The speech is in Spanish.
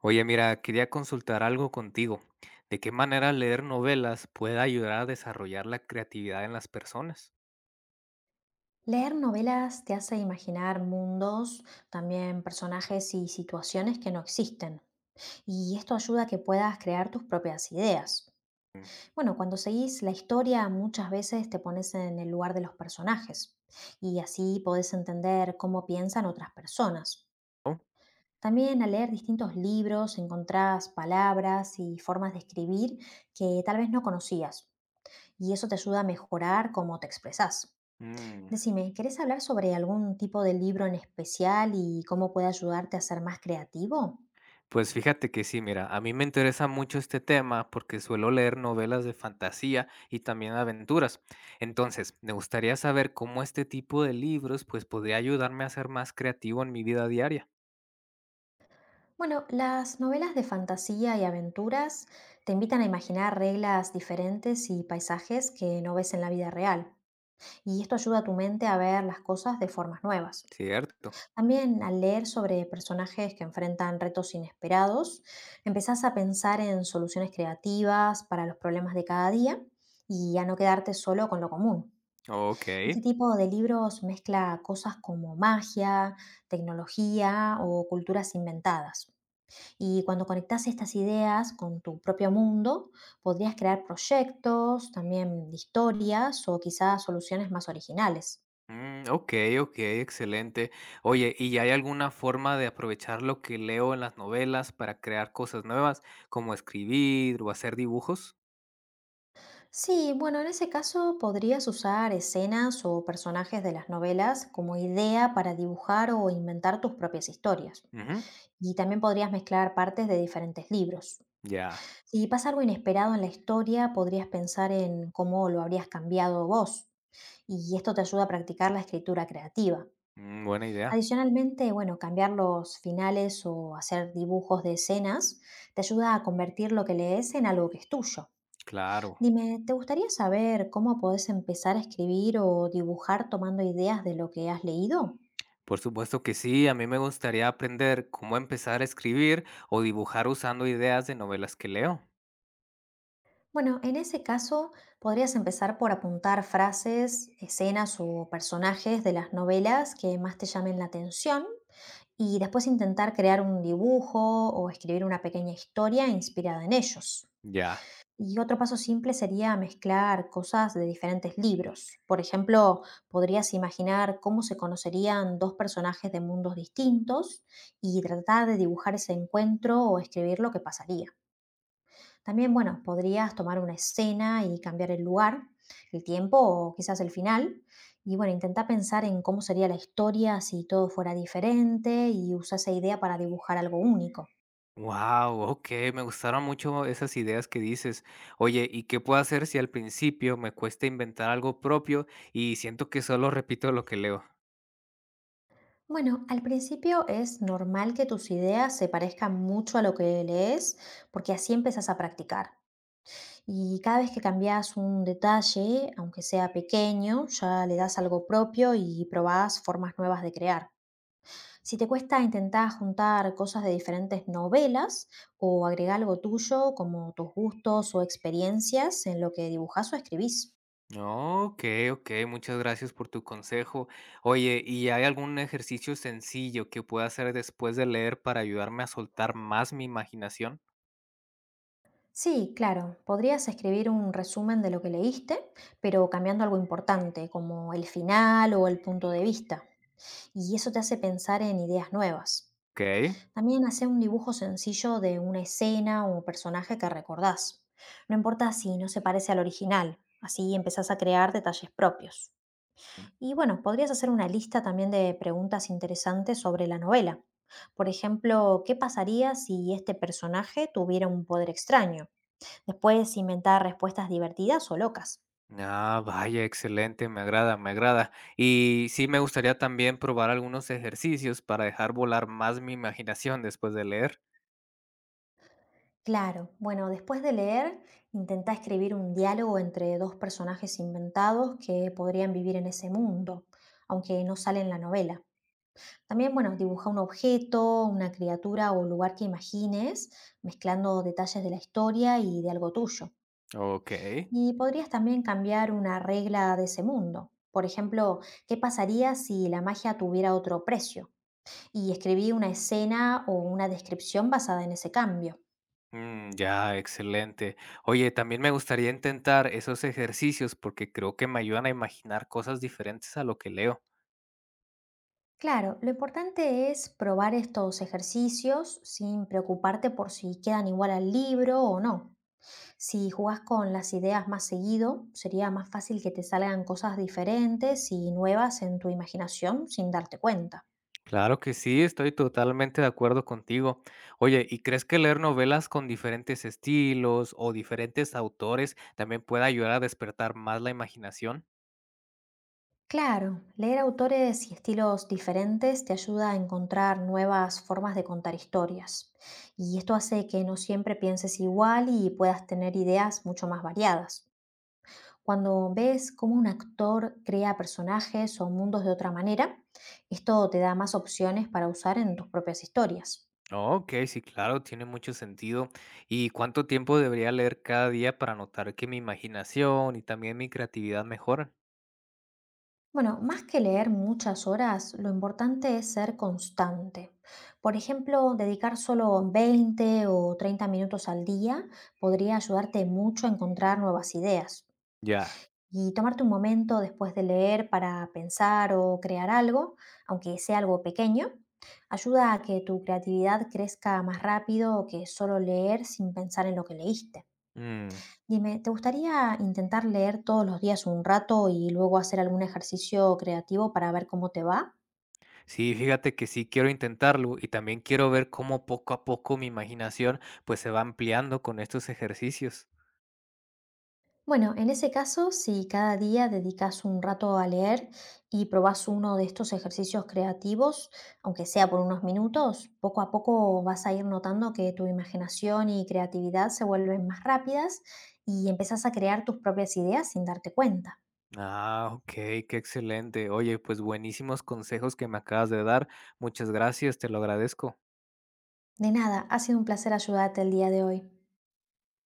Oye, mira, quería consultar algo contigo. ¿De qué manera leer novelas puede ayudar a desarrollar la creatividad en las personas? Leer novelas te hace imaginar mundos, también personajes y situaciones que no existen, y esto ayuda a que puedas crear tus propias ideas. Bueno, cuando seguís la historia muchas veces te pones en el lugar de los personajes y así podés entender cómo piensan otras personas. Oh, También al leer distintos libros encontrás palabras y formas de escribir que tal vez no conocías y eso te ayuda a mejorar cómo te expresás. mm, Decime, ¿querés hablar sobre algún tipo de libro en especial y cómo puede ayudarte a ser más creativo? pues fíjate que sí, mira, a mí me interesa mucho este tema porque suelo leer novelas de fantasía y también aventuras. Entonces, me gustaría saber cómo este tipo de libros pues podría ayudarme a ser más creativo en mi vida diaria. Bueno, las novelas de fantasía y aventuras te invitan a imaginar reglas diferentes y paisajes que no ves en la vida real, y esto ayuda a tu mente a ver las cosas de formas nuevas. Cierto. También al leer sobre personajes que enfrentan retos inesperados, empezás a pensar en soluciones creativas para los problemas de cada día y a no quedarte solo con lo común. Ok. Este tipo de libros mezcla cosas como magia, tecnología o culturas inventadas. Y cuando conectas estas ideas con tu propio mundo, podrías crear proyectos, también historias o quizás soluciones más originales. Okey, okey, excelente. Oye, ¿y hay alguna forma de aprovechar lo que leo en las novelas para crear cosas nuevas, como escribir o hacer dibujos? Sí, bueno, en ese caso podrías usar escenas o personajes de las novelas como idea para dibujar o inventar tus propias historias. Ujú, Y también podrías mezclar partes de diferentes libros. ya, Si pasa algo inesperado en la historia, podrías pensar en cómo lo habrías cambiado vos. Y esto te ayuda a practicar la escritura creativa. Buena idea. Adicionalmente, bueno, cambiar los finales o hacer dibujos de escenas te ayuda a convertir lo que lees en algo que es tuyo. Claro, Dime, ¿te gustaría saber cómo podés empezar a escribir o dibujar tomando ideas de lo que has leído? por supuesto que sí, a mí me gustaría aprender cómo empezar a escribir o dibujar usando ideas de novelas que leo. Bueno, en ese caso podrías empezar por apuntar frases, escenas o personajes de las novelas que más te llamen la atención y después intentar crear un dibujo o escribir una pequeña historia inspirada en ellos. Ya. Y otro paso simple sería mezclar cosas de diferentes libros. Por ejemplo, podrías imaginar cómo se conocerían dos personajes de mundos distintos y tratar de dibujar ese encuentro o escribir lo que pasaría. También, bueno, podrías tomar una escena y cambiar el lugar, el tiempo o quizás el final. Y bueno, intenta pensar en cómo sería la historia si todo fuera diferente y usa esa idea para dibujar algo único. Wow, okey, me gustaron mucho esas ideas que dices. Oye, ¿y qué puedo hacer si al principio me cuesta inventar algo propio y siento que solo repito lo que leo? Bueno, al principio es normal que tus ideas se parezcan mucho a lo que lees, porque así empezás a practicar. Y cada vez que cambias un detalle, aunque sea pequeño, ya le das algo propio y probás formas nuevas de crear. Si te cuesta intentar juntar cosas de diferentes novelas o agregar algo tuyo como tus gustos o experiencias en lo que dibujas o escribís. Okey, okey, muchas gracias por tu consejo. Oye, ¿y hay algún ejercicio sencillo que pueda hacer después de leer para ayudarme a soltar más mi imaginación? Sí, claro, podrías escribir un resumen de lo que leíste, pero cambiando algo importante como el final o el punto de vista. Y eso te hace pensar en ideas nuevas. Okey. También hacer un dibujo sencillo de una escena o personaje que recordás. No importa si no se parece al original, así empezás a crear detalles propios. Y bueno, podrías hacer una lista también de preguntas interesantes sobre la novela. Por ejemplo, ¿qué pasaría si este personaje tuviera un poder extraño? Después inventar respuestas divertidas o locas. Ah, vaya, excelente, me agrada, me agrada. Y sí me gustaría también probar algunos ejercicios para dejar volar más mi imaginación después de leer. Claro, bueno, después de leer, intenta escribir un diálogo entre dos personajes inventados que podrían vivir en ese mundo, aunque no sale en la novela. También, bueno, dibuja un objeto, una criatura o lugar que imagines, mezclando detalles de la historia y de algo tuyo. Okey. Y podrías también cambiar una regla de ese mundo. Por ejemplo, ¿qué pasaría si la magia tuviera otro precio? Y escribí una escena o una descripción basada en ese cambio. Ya, excelente. Oye, también me gustaría intentar esos ejercicios porque creo que me ayudan a imaginar cosas diferentes a lo que leo. Claro, lo importante es probar estos ejercicios sin preocuparte por si quedan igual al libro o no. Si jugás con las ideas más seguido, sería más fácil que te salgan cosas diferentes y nuevas en tu imaginación sin darte cuenta. Claro que sí, estoy totalmente de acuerdo contigo. Oye, ¿y crees que leer novelas con diferentes estilos o diferentes autores también puede ayudar a despertar más la imaginación? Claro, leer autores y estilos diferentes te ayuda a encontrar nuevas formas de contar historias. Y esto hace que no siempre pienses igual y puedas tener ideas mucho más variadas. Cuando ves cómo un actor crea personajes o mundos de otra manera, esto te da más opciones para usar en tus propias historias. Okey, sí, claro, tiene mucho sentido. ¿Y cuánto tiempo debería leer cada día para notar que mi imaginación y también mi creatividad mejoran? Bueno, más que leer muchas horas, lo importante es ser constante. Por ejemplo, dedicar solo 20 o 30 minutos al día podría ayudarte mucho a encontrar nuevas ideas. Ya. Y tomarte un momento después de leer para pensar o crear algo, aunque sea algo pequeño, ayuda a que tu creatividad crezca más rápido que solo leer sin pensar en lo que leíste. Mm. Dime, ¿te gustaría intentar leer todos los días un rato y luego hacer algún ejercicio creativo para ver cómo te va? Sí, fíjate que sí quiero intentarlo y también quiero ver cómo poco a poco mi imaginación pues se va ampliando con estos ejercicios. Bueno, en ese caso, si cada día dedicas un rato a leer y probás uno de estos ejercicios creativos, aunque sea por unos minutos, poco a poco vas a ir notando que tu imaginación y creatividad se vuelven más rápidas y empezás a crear tus propias ideas sin darte cuenta. Ah, ok, qué excelente. Oye, pues buenísimos consejos que me acabas de dar. Muchas gracias, te lo agradezco. De nada, ha sido un placer ayudarte el día de hoy.